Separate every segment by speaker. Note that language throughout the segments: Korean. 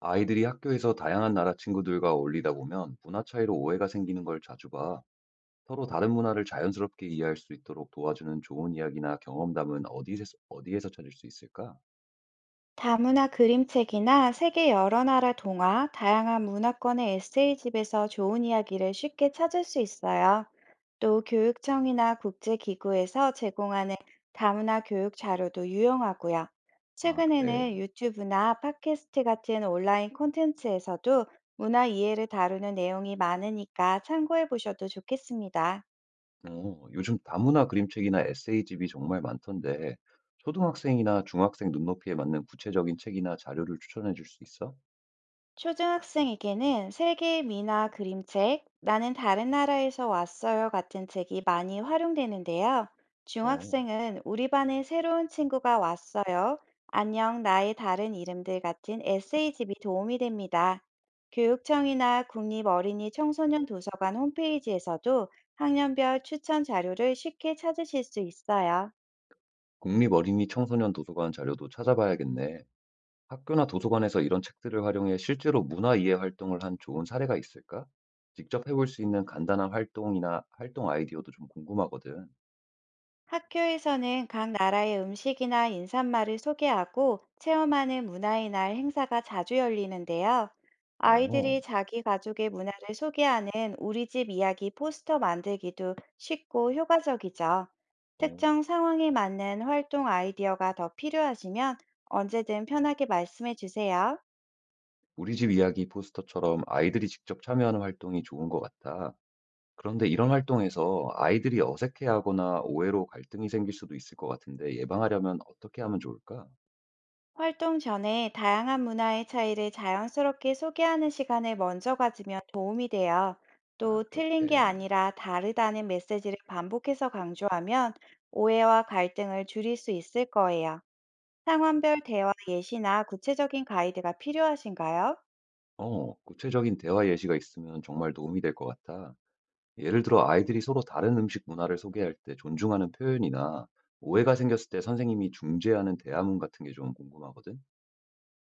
Speaker 1: 아이들이 학교에서 다양한 나라 친구들과 어울리다 보면 문화 차이로 오해가 생기는 걸 자주 봐. 서로 다른 문화를 자연스럽게 이해할 수 있도록 도와주는 좋은 이야기나 경험담은 어디에서 찾을 수 있을까?
Speaker 2: 다문화 그림책이나 세계 여러 나라 동화, 다양한 문화권의 에세이집에서 좋은 이야기를 쉽게 찾을 수 있어요. 또 교육청이나 국제기구에서 제공하는 다문화 교육 자료도 유용하고요.
Speaker 1: 아, 그래.
Speaker 2: 최근에는 유튜브나 팟캐스트 같은 온라인 콘텐츠에서도 문화 이해를 다루는 내용이 많으니까 참고해 보셔도 좋겠습니다.
Speaker 1: 요즘 다문화 그림책이나 에세이집이 정말 많던데, 초등학생이나 중학생 눈높이에 맞는 구체적인 책이나 자료를 추천해 줄 수 있어?
Speaker 2: 초등학생에게는 세계 미나 그림책, 나는 다른 나라에서 왔어요 같은 책이 많이 활용되는데요.
Speaker 1: 어,
Speaker 2: 중학생은 우리 반에 새로운 친구가 왔어요. 안녕, 나의 다른 이름들 같은 에세이집이 도움이 됩니다. 교육청이나 국립어린이 청소년 도서관 홈페이지에서도 학년별 추천 자료를 쉽게 찾으실 수 있어요.
Speaker 1: 국립어린이 청소년 도서관 자료도 찾아봐야겠네. 학교나 도서관에서 이런 책들을 활용해 실제로 문화 이해 활동을 한 좋은 사례가 있을까? 직접 해볼 수 있는 간단한 활동이나 활동 아이디어도 좀 궁금하거든.
Speaker 2: 학교에서는 각 나라의 음식이나 인사말을 소개하고 체험하는 문화의 날 행사가 자주 열리는데요.
Speaker 1: 어,
Speaker 2: 아이들이 자기 가족의 문화를 소개하는 우리 집 이야기 포스터 만들기도 쉽고 효과적이죠.
Speaker 1: 어,
Speaker 2: 특정 상황에 맞는 활동 아이디어가 더 필요하시면 언제든 편하게 말씀해 주세요.
Speaker 1: 우리 집 이야기 포스터처럼 아이들이 직접 참여하는 활동이 좋은 것 같아. 그런데 이런 활동에서 아이들이 어색해하거나 오해로 갈등이 생길 수도 있을 것 같은데 예방하려면 어떻게 하면 좋을까?
Speaker 2: 활동 전에 다양한 문화의 차이를 자연스럽게 소개하는 시간을 먼저 가지면 도움이 돼요.
Speaker 1: 아,
Speaker 2: 또 틀린 게
Speaker 1: 그렇게.
Speaker 2: 아니라 다르다는 메시지를 반복해서 강조하면 오해와 갈등을 줄일 수 있을 거예요. 상황별 대화 예시나 구체적인 가이드가 필요하신가요?
Speaker 1: 구체적인 대화 예시가 있으면 정말 도움이 될 것 같아. 예를 들어 아이들이 서로 다른 음식 문화를 소개할 때 존중하는 표현이나 오해가 생겼을 때 선생님이 중재하는 대화문 같은 게 좀 궁금하거든?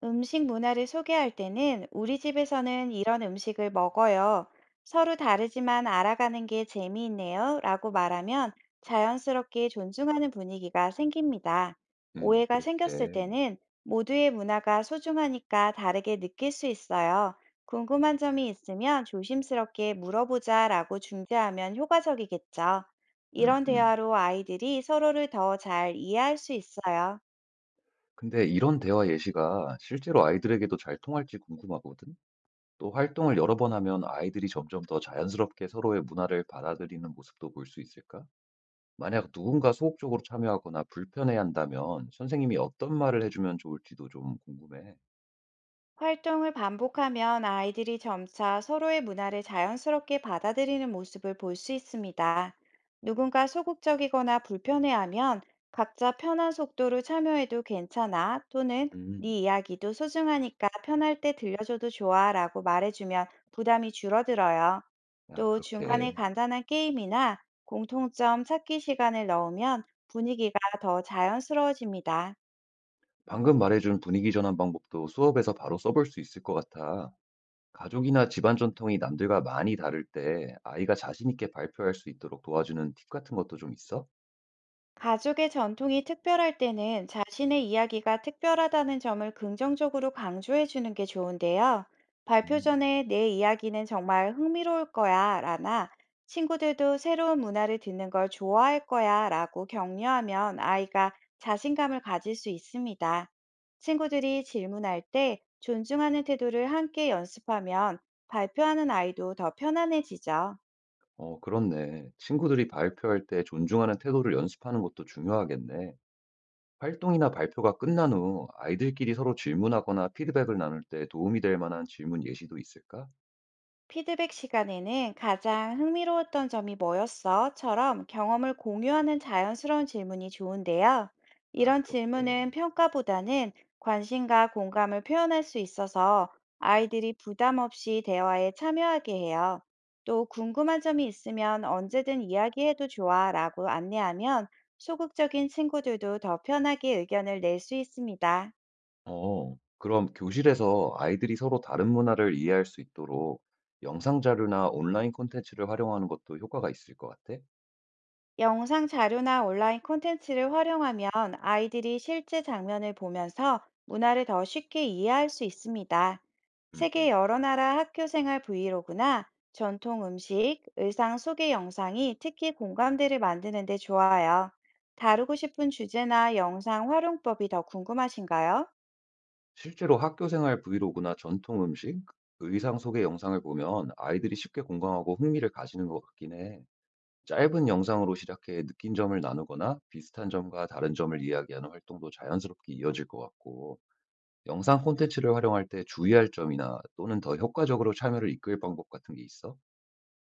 Speaker 2: 음식 문화를 소개할 때는 우리 집에서는 이런 음식을 먹어요. 서로 다르지만 알아가는 게 재미있네요. 라고 말하면 자연스럽게 존중하는 분위기가 생깁니다. 오해가 생겼을
Speaker 1: 그렇게.
Speaker 2: 때는 모두의 문화가 소중하니까 다르게 느낄 수 있어요. 궁금한 점이 있으면 조심스럽게 물어보자 라고 중재하면 효과적이겠죠.
Speaker 1: 음,
Speaker 2: 이런
Speaker 1: 음.
Speaker 2: 대화로 아이들이 서로를 더 잘 이해할 수 있어요.
Speaker 1: 근데 이런 대화 예시가 실제로 아이들에게도 잘 통할지 궁금하거든? 또 활동을 여러 번 하면 아이들이 점점 더 자연스럽게 서로의 문화를 받아들이는 모습도 볼 수 있을까? 만약 누군가 소극적으로 참여하거나 불편해 한다면 선생님이 어떤 말을 해주면 좋을지도 좀 궁금해.
Speaker 2: 활동을 반복하면 아이들이 점차 서로의 문화를 자연스럽게 받아들이는 모습을 볼 수 있습니다. 누군가 소극적이거나 불편해하면 각자 편한 속도로 참여해도 괜찮아 또는
Speaker 1: 음,
Speaker 2: 네 이야기도 소중하니까 편할 때 들려줘도 좋아 라고 말해주면 부담이 줄어들어요.
Speaker 1: 아,
Speaker 2: 또 중간에
Speaker 1: 그렇게.
Speaker 2: 간단한 게임이나 공통점 찾기 시간을 넣으면 분위기가 더 자연스러워집니다.
Speaker 1: 방금 말해준 분위기 전환 방법도 수업에서 바로 써볼 수 있을 것 같아. 가족이나 집안 전통이 남들과 많이 다를 때 아이가 자신 있게 발표할 수 있도록 도와주는 팁 같은 것도 좀 있어?
Speaker 2: 가족의 전통이 특별할 때는 자신의 이야기가 특별하다는 점을 긍정적으로 강조해 주는 게 좋은데요. 발표
Speaker 1: 음,
Speaker 2: 전에 내 이야기는 정말 흥미로울 거야 라나 친구들도 새로운 문화를 듣는 걸 좋아할 거야 라고 격려하면 아이가 자신감을 가질 수 있습니다. 친구들이 질문할 때 존중하는 태도를 함께 연습하면 발표하는 아이도 더 편안해지죠.
Speaker 1: 어, 그렇네. 친구들이 발표할 때 존중하는 태도를 연습하는 것도 중요하겠네. 활동이나 발표가 끝난 후 아이들끼리 서로 질문하거나 피드백을 나눌 때 도움이 될 만한 질문 예시도 있을까?
Speaker 2: 피드백 시간에는 가장 흥미로웠던 점이 뭐였어?처럼 경험을 공유하는 자연스러운 질문이 좋은데요.
Speaker 1: 아,
Speaker 2: 이런
Speaker 1: 그렇게.
Speaker 2: 질문은 평가보다는 관심과 공감을 표현할 수 있어서 아이들이 부담 없이 대화에 참여하게 해요. 또 궁금한 점이 있으면 언제든 이야기해도 좋아 라고 안내하면 소극적인 친구들도 더 편하게 의견을 낼 수 있습니다.
Speaker 1: 그럼 교실에서 아이들이 서로 다른 문화를 이해할 수 있도록 영상 자료나 온라인 콘텐츠를 활용하는 것도 효과가 있을 것 같아?
Speaker 2: 영상 자료나 온라인 콘텐츠를 활용하면 아이들이 실제 장면을 보면서 문화를 더 쉽게 이해할 수 있습니다.
Speaker 1: 음, 음.
Speaker 2: 세계 여러 나라 학교 생활 브이로그나 전통 음식, 의상 소개 영상이 특히 공감대를 만드는 데 좋아요. 다루고 싶은 주제나 영상 활용법이 더 궁금하신가요?
Speaker 1: 실제로 학교 생활 브이로그나 전통 음식, 의상 소개 영상을 보면 아이들이 쉽게 공감하고 흥미를 가지는 것 같긴 해. 짧은 영상으로 시작해 느낀 점을 나누거나 비슷한 점과 다른 점을 이야기하는 활동도 자연스럽게 이어질 것 같고, 영상 콘텐츠를 활용할 때 주의할 점이나 또는 더 효과적으로 참여를 이끌 방법 같은 게 있어?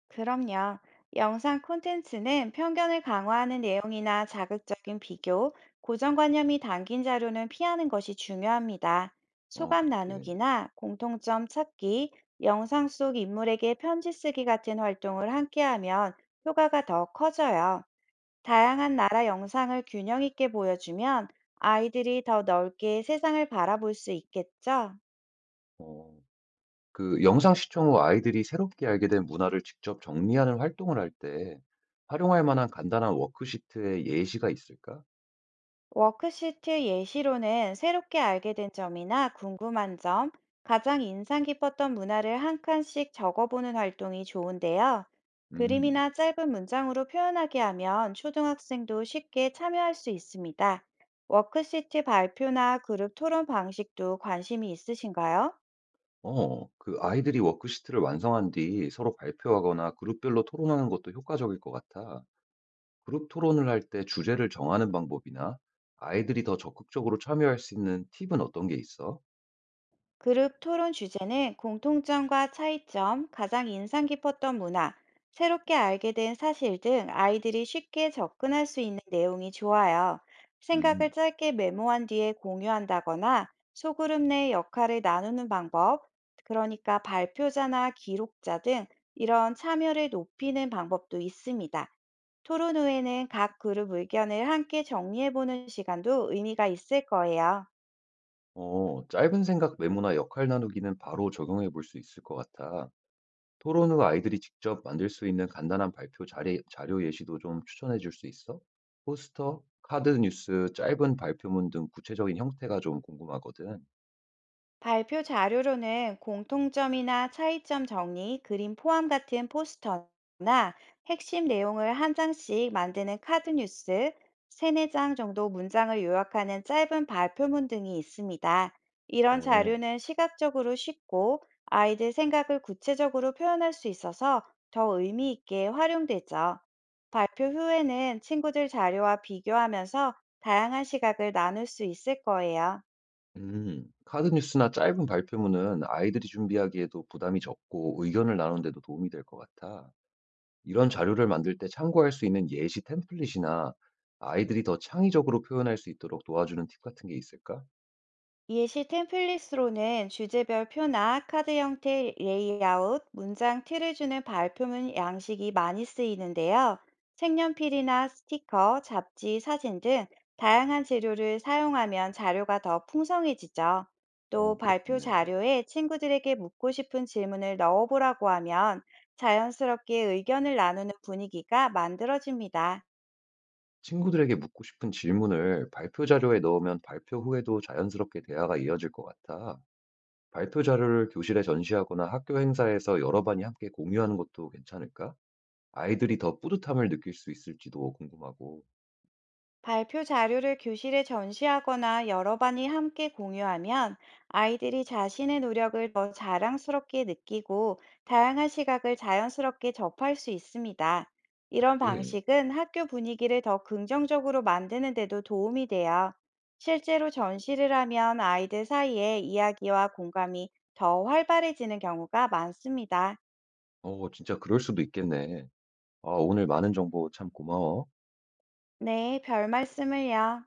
Speaker 2: 그럼요. 영상 콘텐츠는 편견을 강화하는 내용이나 자극적인 비교, 고정관념이 담긴 자료는 피하는 것이 중요합니다.
Speaker 1: 어,
Speaker 2: 소감
Speaker 1: 그치.
Speaker 2: 나누기나 공통점 찾기, 영상 속 인물에게 편지 쓰기 같은 활동을 함께하면 효과가 더 커져요. 다양한 나라 영상을 균형 있게 보여주면 아이들이 더 넓게 세상을 바라볼 수 있겠죠?
Speaker 1: 어 그 영상 시청 후 아이들이 새롭게 알게 된 문화를 직접 정리하는 활동을 할 때 활용할 만한 간단한 워크시트의 예시가 있을까?
Speaker 2: 워크시트 예시로는 새롭게 알게 된 점이나 궁금한 점, 가장 인상 깊었던 문화를 한 칸씩 적어보는 활동이 좋은데요.
Speaker 1: 음.
Speaker 2: 그림이나 짧은 문장으로 표현하게 하면 초등학생도 쉽게 참여할 수 있습니다. 워크시트 발표나 그룹 토론 방식도 관심이 있으신가요?
Speaker 1: 그 아이들이 워크시트를 완성한 뒤 서로 발표하거나 그룹별로 토론하는 것도 효과적일 것 같아. 그룹 토론을 할 때 주제를 정하는 방법이나 아이들이 더 적극적으로 참여할 수 있는 팁은 어떤 게 있어?
Speaker 2: 그룹 토론 주제는 공통점과 차이점, 가장 인상 깊었던 문화, 새롭게 알게 된 사실 등 아이들이 쉽게 접근할 수 있는 내용이 좋아요.
Speaker 1: 음.
Speaker 2: 생각을 짧게 메모한 뒤에 공유한다거나 소그룹 내 역할을 나누는 방법, 그러니까 발표자나 기록자 등 이런 참여를 높이는 방법도 있습니다. 토론 후에는 각 그룹 의견을 함께 정리해보는 시간도 의미가 있을 거예요.
Speaker 1: 어. 짧은 생각 메모나 역할 나누기는 바로 적용해 볼 수 있을 것 같아. 토론 후 아이들이 직접 만들 수 있는 간단한 발표 자 자료 예시도 좀 추천해 줄 수 있어? 포스터, 카드 뉴스, 짧은 발표문 등 구체적인 형태가 좀 궁금하거든.
Speaker 2: 발표 자료로는 공통점이나 차이점 정리, 그림 포함 같은 포스터나 핵심 내용을 한 장씩 만드는 카드 뉴스, 세네 장 정도 문장을 요약하는 짧은 발표문 등이 있습니다. 이런
Speaker 1: 어,
Speaker 2: 자료는 시각적으로 쉽고 아이들 생각을 구체적으로 표현할 수 있어서 더 의미 있게 활용되죠. 발표 후에는 친구들 자료와 비교하면서 다양한 시각을 나눌 수 있을 거예요.
Speaker 1: 카드 뉴스나 짧은 발표문은 아이들이 준비하기에도 부담이 적고 의견을 나누는 데도 도움이 될 것 같아. 이런 자료를 만들 때 참고할 수 있는 예시 템플릿이나 아이들이 더 창의적으로 표현할 수 있도록 도와주는 팁 같은 게 있을까?
Speaker 2: 예시 템플릿으로는 주제별 표나 카드 형태 레이아웃, 문장 틀을 주는 발표문 양식이 많이 쓰이는데요. 색연필이나 스티커, 잡지, 사진 등 다양한 재료를 사용하면 자료가 더 풍성해지죠.
Speaker 1: 어,
Speaker 2: 또 발표
Speaker 1: 그렇겠네.
Speaker 2: 자료에 친구들에게 묻고 싶은 질문을 넣어보라고 하면 자연스럽게 의견을 나누는 분위기가 만들어집니다.
Speaker 1: 친구들에게 묻고 싶은 질문을 발표 자료에 넣으면 발표 후에도 자연스럽게 대화가 이어질 것 같아. 발표 자료를 교실에 전시하거나 학교 행사에서 여러 반이 함께 공유하는 것도 괜찮을까? 아이들이 더 뿌듯함을 느낄 수 있을지도 궁금하고.
Speaker 2: 발표 자료를 교실에 전시하거나 여러 반이 함께 공유하면 아이들이 자신의 노력을 더 자랑스럽게 느끼고 다양한 시각을 자연스럽게 접할 수 있습니다. 이런
Speaker 1: 그치?
Speaker 2: 방식은 학교 분위기를 더 긍정적으로 만드는 데도 도움이 돼요. 실제로 전시를 하면 아이들 사이에 이야기와 공감이 더 활발해지는 경우가 많습니다.
Speaker 1: 어, 진짜 그럴 수도 있겠네. 아, 오늘 많은 정보 참 고마워.
Speaker 2: 네, 별 말씀을요.